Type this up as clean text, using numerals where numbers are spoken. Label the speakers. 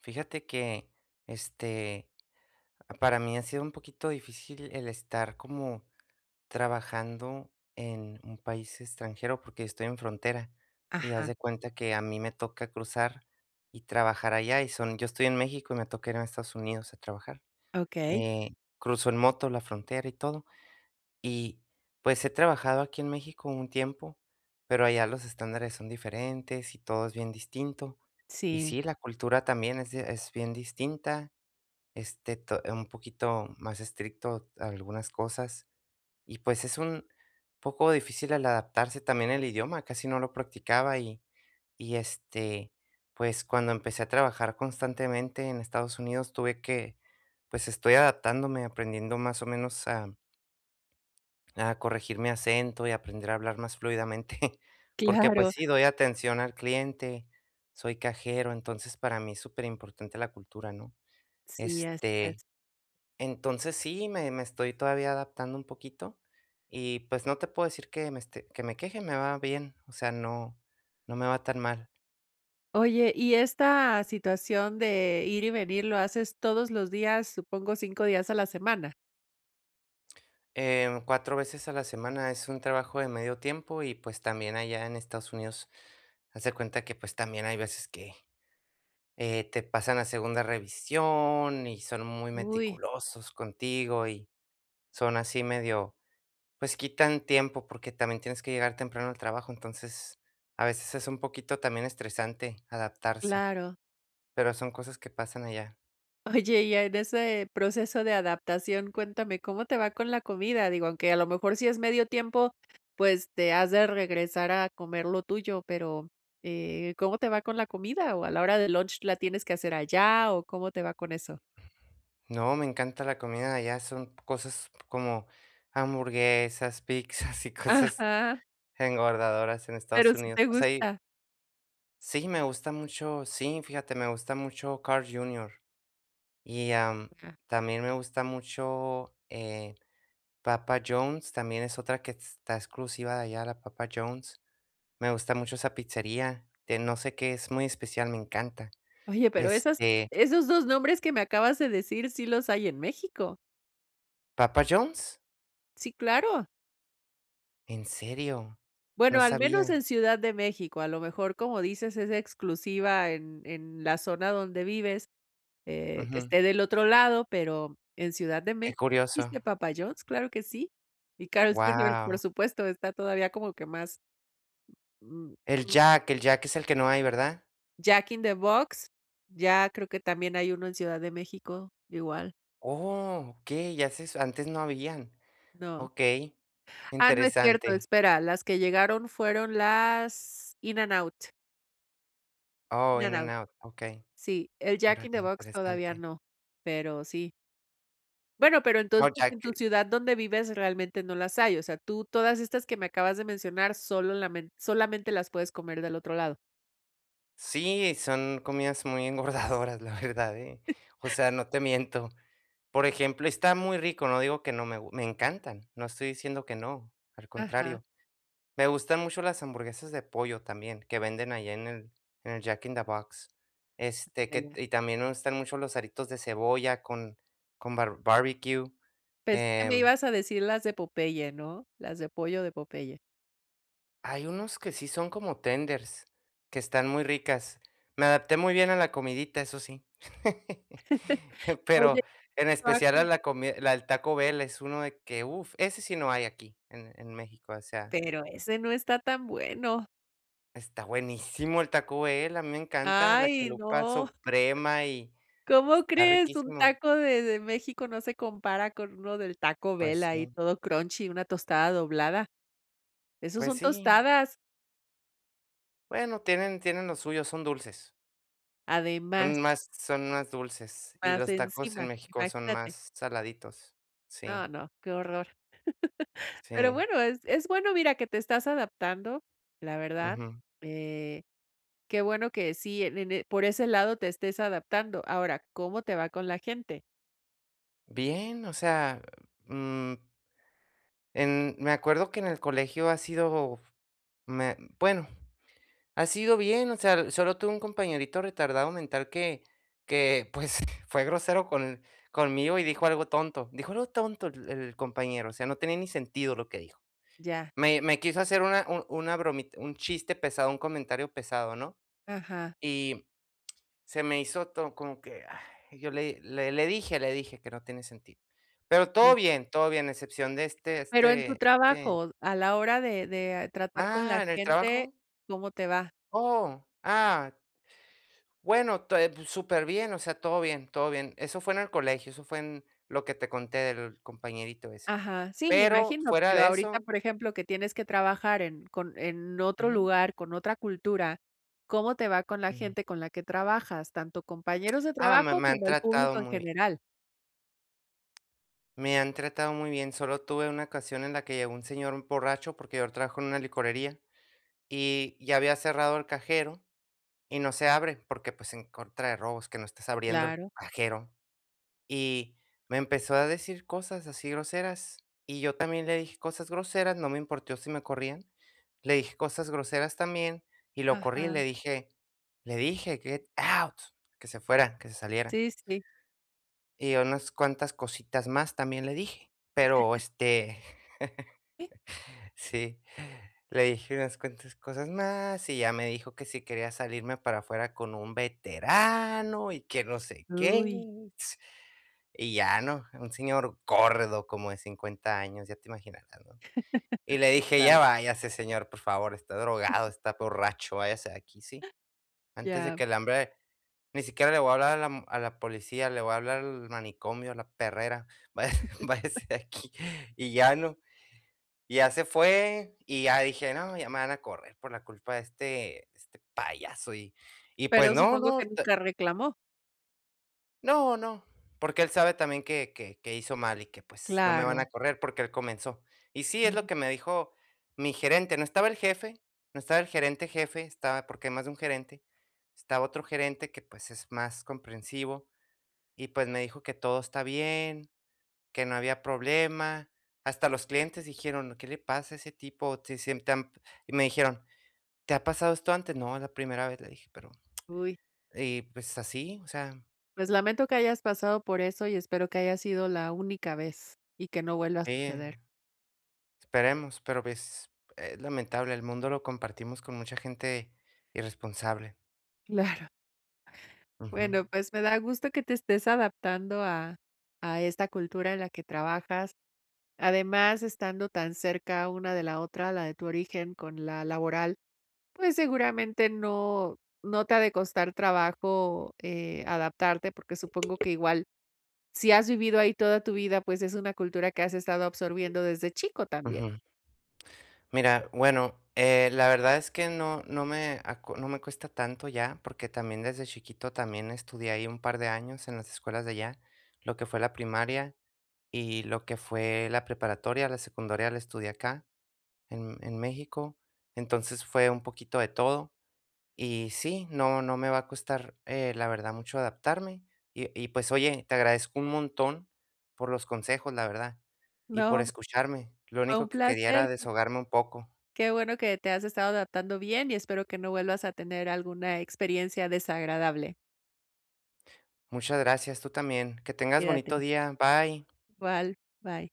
Speaker 1: Fíjate que, este, para mí ha sido un poquito difícil el estar como trabajando en un país extranjero porque estoy en frontera y haz
Speaker 2: Ajá,
Speaker 1: de cuenta que a mí me toca cruzar y trabajar allá y son, yo estoy en México y me toca ir a Estados Unidos a trabajar.
Speaker 2: okey.
Speaker 1: Eh, Cruzo en moto la frontera y todo. Y pues he trabajado aquí en México un tiempo, pero allá los estándares son diferentes y todo es bien distinto. Y
Speaker 2: Sí,
Speaker 1: sí, la cultura también es bien distinta, un poquito más estricto a algunas cosas. Y pues es un poco difícil al adaptarse también el idioma, casi no lo practicaba y este, pues cuando empecé a trabajar constantemente en Estados Unidos pues estoy adaptándome, aprendiendo más o menos a corregir mi acento y aprender a hablar más fluidamente, porque pues
Speaker 2: claro.
Speaker 1: sí, doy atención al cliente, soy cajero, entonces para mí es súper importante la cultura, ¿no?
Speaker 2: Sí, así es.
Speaker 1: Este, entonces sí, me estoy todavía adaptando un poquito y, pues, no te puedo decir que me queje, me va bien, o sea, no me va tan mal.
Speaker 2: Oye, y esta situación de ir y venir, ¿lo haces todos los días? Supongo, 5 días a la semana.
Speaker 1: 4 veces a la semana es un trabajo de medio tiempo y, pues, también allá en Estados Unidos, haz de cuenta que, pues, también hay veces que, te pasan a segunda revisión y son muy
Speaker 2: Uy,
Speaker 1: meticulosos contigo y son así medio. Pues quitan tiempo, porque también tienes que llegar temprano al trabajo, entonces a veces es un poquito también estresante adaptarse,
Speaker 2: claro.
Speaker 1: pero son cosas que pasan allá.
Speaker 2: Oye, y en ese proceso de adaptación, cuéntame, ¿cómo te va con la comida? Digo, aunque a lo mejor si es medio tiempo, pues, te has de regresar a comer lo tuyo, pero, ¿cómo te va con la comida? ¿O a la hora del lunch la tienes que hacer allá, o cómo te va con eso?
Speaker 1: No, me encanta la comida de allá, son cosas como hamburguesas, pizzas y cosas
Speaker 2: Ajá,
Speaker 1: engordadoras en Estados
Speaker 2: pero sí
Speaker 1: Unidos.
Speaker 2: te
Speaker 1: O sea, y
Speaker 2: gusta.
Speaker 1: sí, me gusta mucho, sí, fíjate, me gusta mucho Carl Jr. y
Speaker 2: Ah.
Speaker 1: también me gusta mucho, Papa John's, también es otra que está exclusiva de allá, la Papa John's. Me gusta mucho esa pizzería, de no sé qué, es muy especial, me encanta.
Speaker 2: Oye, pero esas
Speaker 1: Este,
Speaker 2: esos 2 nombres que me acabas de decir, sí los hay en México.
Speaker 1: ¿Papa John's?
Speaker 2: Sí, claro.
Speaker 1: ¿En serio?
Speaker 2: Bueno,
Speaker 1: No
Speaker 2: al menos
Speaker 1: sabía.
Speaker 2: en Ciudad de México, a lo mejor, como dices, es exclusiva en la zona donde vives, que
Speaker 1: Ujú,
Speaker 2: esté del otro lado, pero en Ciudad de
Speaker 1: qué
Speaker 2: México
Speaker 1: curioso.
Speaker 2: existe Papa John's, claro que sí. Y Carl's Junior, por
Speaker 1: Wow.
Speaker 2: supuesto, está todavía como que más, mm,
Speaker 1: El Jack es el que no hay, ¿verdad?
Speaker 2: Jack in the Box, ya creo que también hay uno en Ciudad de México, igual,
Speaker 1: Oh, okey, ya se antes no habían.
Speaker 2: no.
Speaker 1: Okey,
Speaker 2: Ah, no es cierto,
Speaker 1: interesante.
Speaker 2: espera, las que llegaron fueron las
Speaker 1: Oh,
Speaker 2: In and
Speaker 1: In and
Speaker 2: Out,
Speaker 1: Out, okey.
Speaker 2: sí, el Jack in the
Speaker 1: Órale,
Speaker 2: Box todavía
Speaker 1: interesante.
Speaker 2: no, pero sí. Bueno, pero
Speaker 1: Oh,
Speaker 2: entonces
Speaker 1: Jack,
Speaker 2: en tu ciudad donde vives realmente no las hay, o sea, tú todas estas que me acabas de mencionar solo lamen solamente las puedes comer del otro lado.
Speaker 1: sí, son comidas muy engordadoras, la verdad, ¿eh? O sea, no te miento. Por ejemplo, está muy rico, no digo que no me gu me encantan, no estoy diciendo que no, al
Speaker 2: Ajá,
Speaker 1: contrario. Me gustan mucho las hamburguesas de pollo también, que venden allá en el Jack in the Box. Este,
Speaker 2: ah,
Speaker 1: que
Speaker 2: ya.
Speaker 1: Y también me gustan mucho los aritos de cebolla con barbecue,
Speaker 2: Pensé que me
Speaker 1: em
Speaker 2: ibas a decir las de Popeye, ¿no? Las de pollo de Popeye.
Speaker 1: hay unos que sí son como tenders, que están muy ricas. Me adapté muy bien a la comidita, eso sí.
Speaker 2: Oye,
Speaker 1: Pero en especial a
Speaker 2: taco,
Speaker 1: la comida, la del Taco Bell es uno de que, uff, ese sí no hay aquí en México, o sea,
Speaker 2: pero ese no está tan bueno.
Speaker 1: está buenísimo el Taco Bell, a mí me encanta la
Speaker 2: Ay,
Speaker 1: chalupa
Speaker 2: no.
Speaker 1: suprema y
Speaker 2: ¿Cómo
Speaker 1: está
Speaker 2: crees? Un
Speaker 1: riquísimo.
Speaker 2: taco de México no se compara con uno del Taco
Speaker 1: Pues
Speaker 2: Bell ahí
Speaker 1: sí,
Speaker 2: todo crunchy, una tostada doblada. Esos
Speaker 1: pues
Speaker 2: son
Speaker 1: sí.
Speaker 2: tostadas,
Speaker 1: Bueno, tienen lo suyo, son dulces.
Speaker 2: además,
Speaker 1: Son más dulces, y
Speaker 2: más
Speaker 1: los tacos en
Speaker 2: encima,
Speaker 1: México son
Speaker 2: imagínate.
Speaker 1: más saladitos.
Speaker 2: No,
Speaker 1: Sí.
Speaker 2: no, qué horror. Pero
Speaker 1: Sí,
Speaker 2: bueno, es bueno, mira, que te estás adaptando, la verdad.
Speaker 1: ujú.
Speaker 2: Eh, Qué bueno que sí, en e por ese lado te estés adaptando. Ahora, ¿cómo te va con la gente?
Speaker 1: Bien, o sea, mm, en me acuerdo que en el colegio ha sido, me bueno, ha sido bien, o sea, solo tuve un compañerito retardado mental que, pues, fue grosero conmigo y dijo algo tonto. Dijo algo tonto el compañero, o sea, no tenía ni sentido lo que dijo.
Speaker 2: Ya,
Speaker 1: Me quiso hacer una bromita, un chiste pesado, un comentario pesado, ¿no?
Speaker 2: ajá,
Speaker 1: Y se me hizo todo como que, ay, yo le dije que no tiene sentido. Pero
Speaker 2: pues.
Speaker 1: todo bien, a excepción de este
Speaker 2: Pero en tu
Speaker 1: este este
Speaker 2: trabajo, a la hora de tratar con la
Speaker 1: ¿En el
Speaker 2: gente,
Speaker 1: trabajo?
Speaker 2: ¿cómo te va?
Speaker 1: Oh, bueno, to pues, súper bien, o sea, todo bien, todo bien. Eso fue en el colegio, eso fue en lo que te conté del compañerito ese.
Speaker 2: Ajá, sí, me
Speaker 1: Pero
Speaker 2: imagino,
Speaker 1: fuera
Speaker 2: pero
Speaker 1: de
Speaker 2: ahorita,
Speaker 1: eso.
Speaker 2: por ejemplo, que tienes que trabajar en con en otro
Speaker 1: Ujú.
Speaker 2: lugar, con otra cultura, ¿cómo te va con la
Speaker 1: Ujú.
Speaker 2: gente con la que trabajas? Tanto compañeros de
Speaker 1: Ah, me
Speaker 2: trabajo
Speaker 1: me han
Speaker 2: como el
Speaker 1: tratado
Speaker 2: público en
Speaker 1: muy bien,
Speaker 2: general.
Speaker 1: me han tratado muy bien, solo tuve una ocasión en la que llegó un señor borracho, porque yo trabajo en una licorería. Y ya había cerrado el cajero y no se abre porque, pues, en contra de robos, que no estés abriendo el
Speaker 2: Claro.
Speaker 1: cajero. Y me empezó a decir cosas así groseras, y yo también le dije cosas groseras, no me importó si me corrían. Le dije cosas groseras también y lo corrí, y
Speaker 2: Ajá,
Speaker 1: le dije: "Get out", que se fuera, que se saliera.
Speaker 2: sí, sí.
Speaker 1: Y unas cuantas cositas más también le dije, pero, sí, le dije unas cuantas cosas más y ya me dijo que si quería salirme para afuera con un veterano y que no sé qué.
Speaker 2: Uy.
Speaker 1: Y ya, ¿no? Un señor gordo como de 50 años, ya te imaginarás, ¿no?
Speaker 2: Sí,
Speaker 1: Y le dije,
Speaker 2: claro.
Speaker 1: ya váyase, señor, por favor, está drogado, está borracho, váyase de aquí, sí. Antes de
Speaker 2: Ya,
Speaker 1: que el hambre, ni siquiera le voy a hablar a la policía, le voy a hablar al manicomio, a la perrera, váyase, váyase de aquí. Y ya, ¿no? Y ya se fue, y ya dije: "No, ya me van a correr por la culpa de este payaso", y pues
Speaker 2: pero
Speaker 1: no,
Speaker 2: supongo
Speaker 1: no,
Speaker 2: que
Speaker 1: t
Speaker 2: nunca reclamó.
Speaker 1: no, no, porque él sabe también que hizo mal y que, pues, no me
Speaker 2: Claro.
Speaker 1: van a correr porque él comenzó. Y sí, es lo
Speaker 2: Ujú.
Speaker 1: que me dijo mi gerente, no estaba el jefe, no estaba el gerente jefe, estaba porque hay más de un gerente, estaba otro gerente que, pues, es más comprensivo, y, pues, me dijo que todo está bien, que no había problema. Hasta los clientes dijeron: "¿Qué le pasa a ese tipo? Te han" y me dijeron: "¿Te ha pasado esto antes?". "No, es la primera vez", le dije, pero
Speaker 2: Uy,
Speaker 1: y pues así, o sea,
Speaker 2: pues lamento que hayas pasado por eso y espero que haya sido la única vez y que no vuelva a suceder.
Speaker 1: sí, esperemos, pero pues es lamentable, el mundo lo compartimos con mucha gente irresponsable.
Speaker 2: Claro.
Speaker 1: Ujú,
Speaker 2: Bueno, pues me da gusto que te estés adaptando a esta cultura en la que trabajas. Además, estando tan cerca una de la otra, la de tu origen con la laboral, pues seguramente no, no te ha de costar trabajo adaptarte, porque supongo que igual si has vivido ahí toda tu vida, pues es una cultura que has estado absorbiendo desde chico también.
Speaker 1: ujú. Mira, bueno, la verdad es que no me cuesta tanto ya, porque también desde chiquito también estudié ahí un par de años en las escuelas de allá, lo que fue la primaria. Y lo que fue la preparatoria, la secundaria la estudié acá, en México. Entonces, fue un poquito de todo. Y sí, no me va a costar, la verdad, mucho adaptarme. Pues, oye, te agradezco un montón por los consejos, la verdad, y por
Speaker 2: No,
Speaker 1: escucharme. Lo
Speaker 2: fue un
Speaker 1: único que quería era
Speaker 2: placer.
Speaker 1: desahogarme un poco.
Speaker 2: Qué bueno que te has estado adaptando bien y espero que no vuelvas a tener alguna experiencia desagradable.
Speaker 1: Muchas gracias, tú también. Que tengas
Speaker 2: Cuídate.
Speaker 1: bonito día. Bye.
Speaker 2: Igual, bye.